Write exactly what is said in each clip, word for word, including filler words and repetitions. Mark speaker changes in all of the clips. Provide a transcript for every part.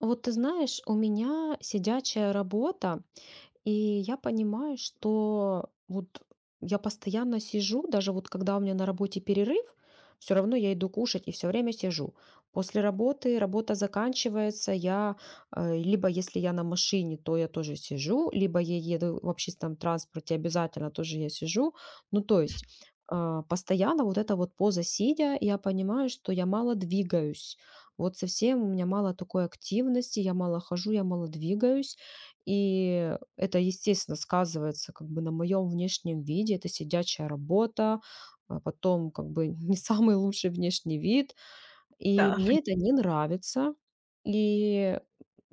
Speaker 1: Вот ты знаешь, у меня сидячая работа, и я понимаю, что вот я постоянно сижу, даже вот когда у меня на работе перерыв, все равно я иду кушать и все время сижу. После работы работа заканчивается, я э, либо если я на машине, то я тоже сижу, либо я еду в общественном транспорте, обязательно тоже я сижу. Ну, то есть а, постоянно вот эта вот поза сидя, я понимаю, что я мало двигаюсь. Вот совсем у меня мало такой активности, я мало хожу, я мало двигаюсь. И это, естественно, сказывается как бы на моем внешнем виде. Это сидячая работа, а потом как бы не самый лучший внешний вид. И
Speaker 2: Да,
Speaker 1: мне это не нравится. И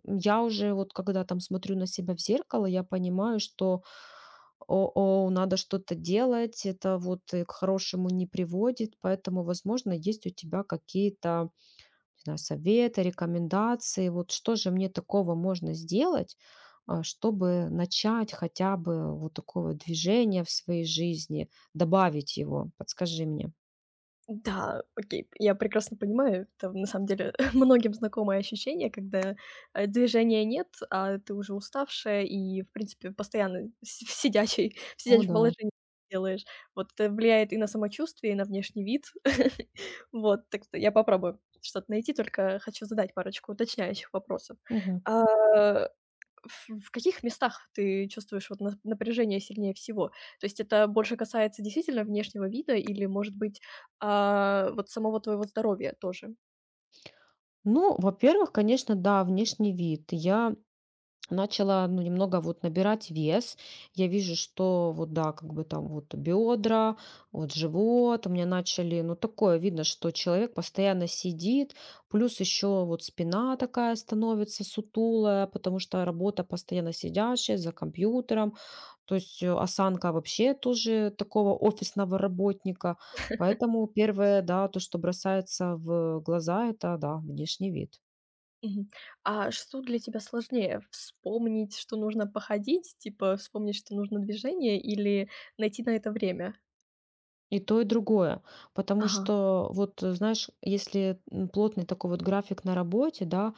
Speaker 1: я уже вот когда там смотрю на себя в зеркало, я понимаю, что о, надо что-то делать, это вот э, к хорошему не приводит, поэтому, возможно, есть у тебя какие-то, не знаю, совета, рекомендации. Вот что же мне такого можно сделать, а, чтобы начать хотя бы вот такое движение в своей жизни, добавить его? Подскажи мне.
Speaker 2: пон- да, окей, я прекрасно понимаю. Это на самом деле многим знакомое ощущение, когда, э, движения нет, а ты уже уставшая и, в принципе, постоянно си в сидячей в
Speaker 1: О,
Speaker 2: сидячем
Speaker 1: да.
Speaker 2: положении делаешь. Вот это влияет и на самочувствие, и на внешний вид. Вот, так что я попробую что-то найти, только хочу задать парочку уточняющих вопросов.
Speaker 1: Мгм.
Speaker 2: А, В в каких местах ты чувствуешь вот на напряжение сильнее всего? То есть это больше касается действительно внешнего вида или, может быть, а, вот самого твоего здоровья тоже?
Speaker 1: Ну, во-первых, конечно, да, внешний вид. Я Начала, ну, немного вот набирать вес. Я вижу, что вот, да, как бы там вот бедра, вот живот у меня начали, ну, такое видно, что человек постоянно сидит, плюс еще вот спина такая становится сутулая, потому что работа постоянно сидящая за компьютером, то есть э, осанка вообще тоже такого офисного работника. Поэтому первое, да, то, что бросается в глаза, это, да, внешний вид.
Speaker 2: Мгм. А что для тебя сложнее: вспомнить, что нужно походить, типа вспомнить, что нужно движение, или найти на это время?
Speaker 1: И то, и другое. Потому
Speaker 2: Ага,
Speaker 1: что, вот, э, знаешь, если м, плотный такой вот график на работе, да,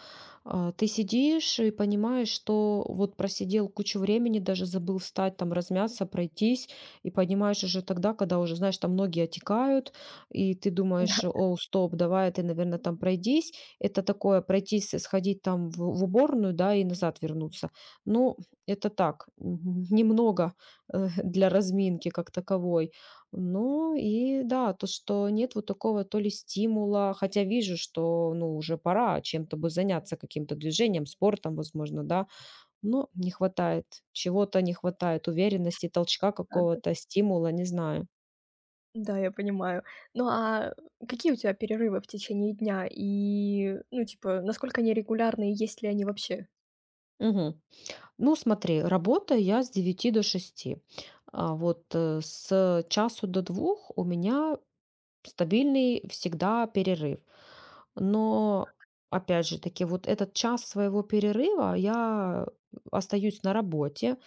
Speaker 1: а, ты сидишь и понимаешь, что вот просидел кучу времени, даже забыл встать, там, размяться, пройтись, и понимаешь уже тогда, когда уже, знаешь, там ноги отекают, и ты думаешь,
Speaker 2: да-да-да.
Speaker 1: о, стоп, давай, а ты, наверное, там пройдись. Это такое, пройтись, сходить там в, в уборную, да, и назад вернуться. Ну, это так, м, немного э, для разминки как таковой. Ну и да, то, что нет вот такого то ли стимула, хотя вижу, что, ну, уже пора чем-то бы заняться, каким-то движением, спортом, возможно, да, но не хватает, чего-то не хватает, уверенности, толчка
Speaker 2: Да, да,
Speaker 1: какого-то, стимула, не знаю.
Speaker 2: да, я понимаю. Ну, а какие у тебя перерывы в течение дня? И, ну, типа, насколько они регулярные, есть ли они вообще?
Speaker 1: Мгм. Ну, смотри, работаю я с девяти до шести. А вот э, с часу до двух у меня Стабильный всегда перерыв. Но, опять же таки, вот этот час своего перерыва я остаюсь на работе.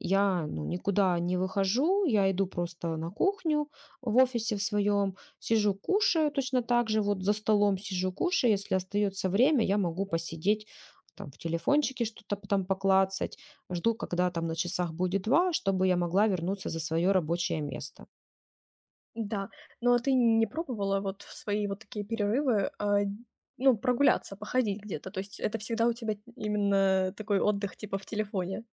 Speaker 1: Я, ну, никуда не выхожу, я иду просто на кухню в офисе в своем, сижу, кушаю точно так же, вот за столом сижу, кушаю. Если остается время, я могу посидеть там в телефончике что-то там поклацать, жду, когда там на часах будет два, чтобы я могла вернуться за свое рабочее место.
Speaker 2: Да, но ты не пробовала вот в свои вот такие перерывы, а, ну, прогуляться, походить где-то? То есть это всегда у тебя именно такой отдых типа в телефоне?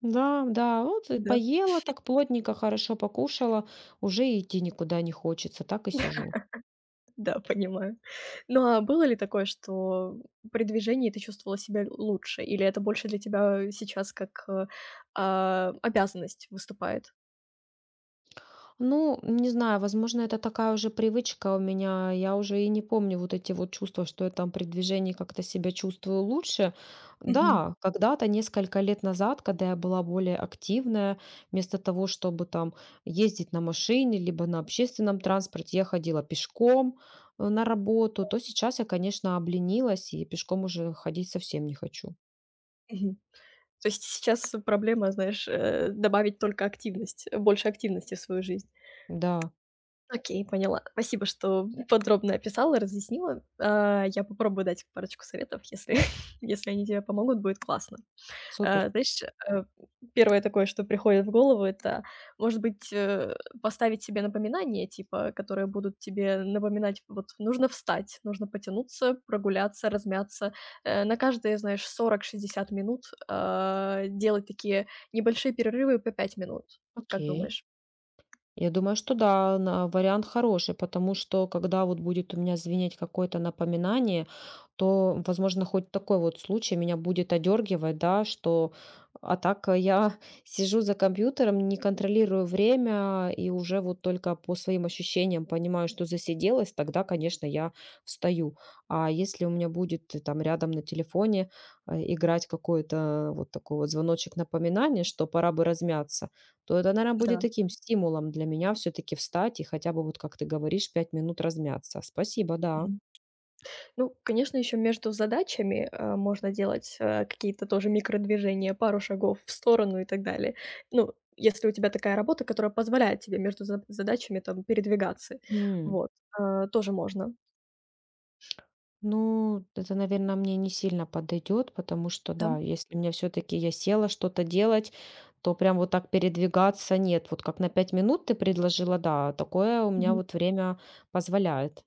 Speaker 1: Да, да, вот и
Speaker 2: Да,
Speaker 1: поела так плотненько, хорошо покушала, уже идти никуда не хочется, так и сижу.
Speaker 2: да, понимаю. Ну, а было ли такое, что при движении ты чувствовала себя л лучше? Или это больше для тебя сейчас как, э, а, обязанность выступает?
Speaker 1: Ну, не знаю, возможно, это такая уже привычка у меня. Я уже и не помню вот эти вот чувства, что я там при движении как-то себя чувствую лучше.
Speaker 2: Мгм,
Speaker 1: Да, когда-то, несколько лет назад, когда я была более активная, вместо того, чтобы там ездить на машине, либо на общественном транспорте, я ходила пешком э, на работу, то сейчас я, конечно, обленилась и пешком уже ходить совсем не хочу.
Speaker 2: мгм. То есть сейчас проблема, знаешь, э, добавить только активность, э, больше активности в свою жизнь?
Speaker 1: Да,
Speaker 2: Окей, поняла. Спасибо, что подробно описала, разъяснила. А, я попробую дать парочку советов, если если они тебе помогут, будет классно. А,
Speaker 1: супер.
Speaker 2: знаешь, э, одно такое, что приходит в голову, это, может быть, э, поставить себе напоминания, типа, которые будут тебе напоминать: вот нужно встать, нужно потянуться, прогуляться, размяться. Э, на каждые, знаешь, сорок шестьдесят минут, а, делать такие небольшие перерывы по пять минут. Как
Speaker 1: Окей.
Speaker 2: думаешь?
Speaker 1: Я думаю, что да, на вариант хороший, потому что когда вот будет у меня звенеть какое-то напоминание, то, возможно, хоть такой вот случай меня будет одергивать, да, что а так э, я сижу за компьютером, не контролирую время и уже вот только по своим ощущениям понимаю, что засиделась, тогда, конечно, я встаю. А если у меня будет э, там рядом на телефоне э, играть какой-то вот такой вот звоночек напоминания, что пора бы размяться, то это, наверное, будет
Speaker 2: Да.
Speaker 1: таким стимулом для меня все-таки встать и хотя бы, вот как ты говоришь, пять минут размяться. Спасибо, да.
Speaker 2: Ну, конечно, еще между задачами, э, можно делать, э, какие-то тоже микродвижения, пару шагов в сторону и так далее. Ну, если у тебя такая работа, которая позволяет тебе между за задачами там передвигаться.
Speaker 1: М.
Speaker 2: Вот, э, тоже можно.
Speaker 1: Ну, это, наверное, мне не сильно подойдет, потому что,
Speaker 2: Да.
Speaker 1: да, если мне все-таки я села что-то делать, то прям вот так передвигаться нет. Вот как на пять минут ты предложила, да, такое у меня вот время позволяет.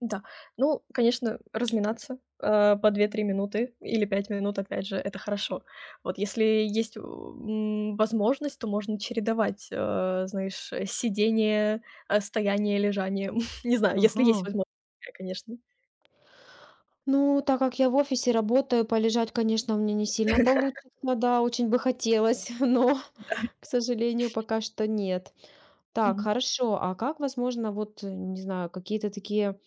Speaker 2: Да. Ну, конечно, разминаться, а, по две-три минуты или пять минут, опять же, это хорошо. Вот если есть, э, м, возможность, то можно чередовать, а, знаешь, э, сидение, а, стояние, лежание. Не знаю, если есть
Speaker 1: Ага.
Speaker 2: возможность такая, конечно.
Speaker 1: Ну, так как я в офисе работаю, полежать, конечно, мне не сильно получится. Да, очень бы хотелось, но, к сожалению, пока что нет. Так, хорошо. А как, возможно, вот, э, не знаю, какие-то такие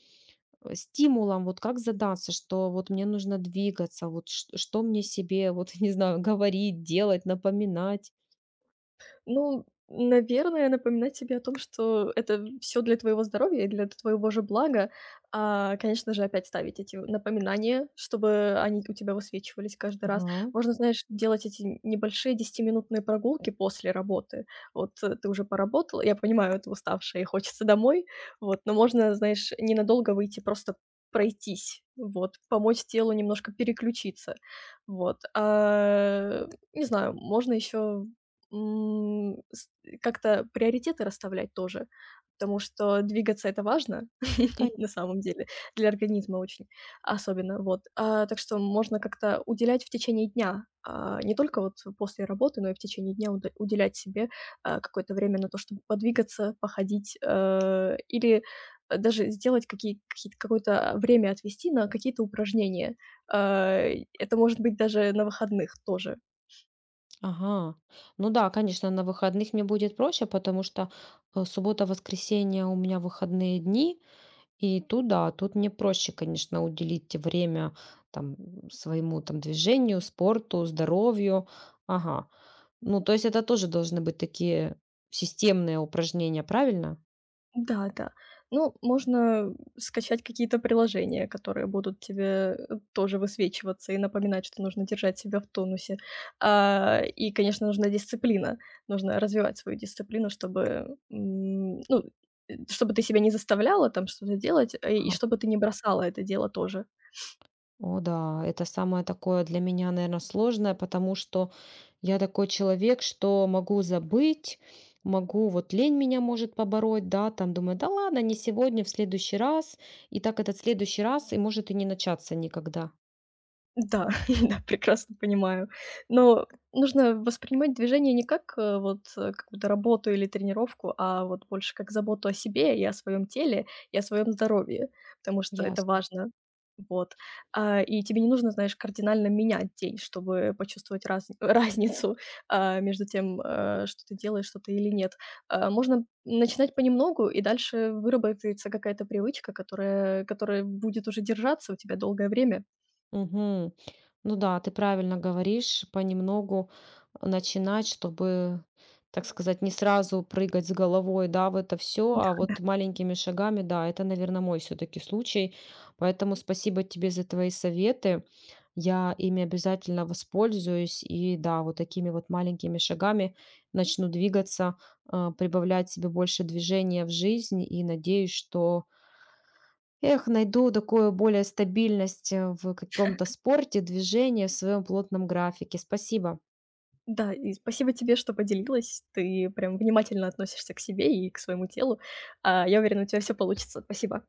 Speaker 1: э, стимулом, вот как задаться, что вот мне нужно двигаться, вот ш- что мне себе, вот, не знаю, говорить, делать, напоминать?
Speaker 2: Ну, наверное, напоминать себе о том, что это все для твоего здоровья и для твоего же блага. А, конечно же, опять ставить эти напоминания, чтобы они у тебя высвечивались каждый раз.
Speaker 1: Ага.
Speaker 2: Можно, знаешь, делать эти небольшие десятиминутные прогулки после работы. Вот, э, ты уже поработал, я понимаю, ты уставшая и хочется домой, вот, но можно, знаешь, ненадолго выйти, просто пройтись, вот, помочь телу немножко переключиться, вот. А, не знаю, можно еще М, с как-то приоритеты расставлять тоже, потому что двигаться- это важно,
Speaker 1: кон-
Speaker 2: на самом деле, для организма очень особенно, вот. А, так что можно как-то уделять в течение дня, а, не только вот после работы, но и в течение дня уд уделять себе, а, какое-то время на то, чтобы подвигаться, походить, э, или даже сделать какие какие-то какое-то время отвести на какие-то упражнения. А, это может быть даже на выходных тоже.
Speaker 1: Ага. Ну да, конечно, на выходных мне будет проще, потому что э, суббота, воскресенье у меня выходные дни, И тут да, тут мне проще, конечно, уделить время там своему там движению, спорту, здоровью. Ага. Ну, то есть это тоже должны быть такие системные упражнения, правильно?
Speaker 2: Да, да. Ну, можно скачать какие-то приложения, которые будут тебе э, тоже высвечиваться и напоминать, что нужно держать себя в тонусе. А, и, конечно, нужна дисциплина. Нужно развивать свою дисциплину, чтобы, м, ну, э, чтобы ты себя не заставляла там что-то делать, э, и
Speaker 1: Ага.
Speaker 2: чтобы ты не бросала это дело тоже.
Speaker 1: О, да, это самое такое для меня, наверное, сложное, потому что я такой человек, что могу забыть, могу, вот лень меня может побороть, да, там думаю, да ладно, не сегодня, в следующий раз, и так этот следующий раз, и может и не начаться никогда.
Speaker 2: Да, да, прекрасно понимаю. Но нужно воспринимать движение не как, э, вот, э, какую-то работу или тренировку, а вот больше как заботу о себе и о своем теле, и о своем здоровье, потому что это
Speaker 1: Ясно.
Speaker 2: важно. Вот. А, и тебе не нужно, знаешь, кардинально менять день, чтобы почувствовать раз разницу, а, между тем, э, что ты делаешь что-то или нет. А, можно начинать понемногу, и дальше выработается какая-то привычка, которая которая будет уже держаться у тебя долгое время.
Speaker 1: Мгм. Ну да, ты правильно говоришь, понемногу начинать, чтобы, так сказать, не сразу прыгать с головой, да, в это все, а вот маленькими шагами, да, это, наверное, мой все-таки случай. Поэтому спасибо тебе за твои советы. Я ими обязательно воспользуюсь и, да, вот такими вот маленькими шагами начну двигаться, а, прибавлять себе больше движения в жизнь и надеюсь, что Эх, найду такую более стабильность э, в каком-то спорте, движении, в своем плотном графике. Спасибо.
Speaker 2: Да, и спасибо тебе, что поделилась. Ты прям внимательно относишься к себе и к своему телу. А, я уверена, у тебя все получится. Спасибо.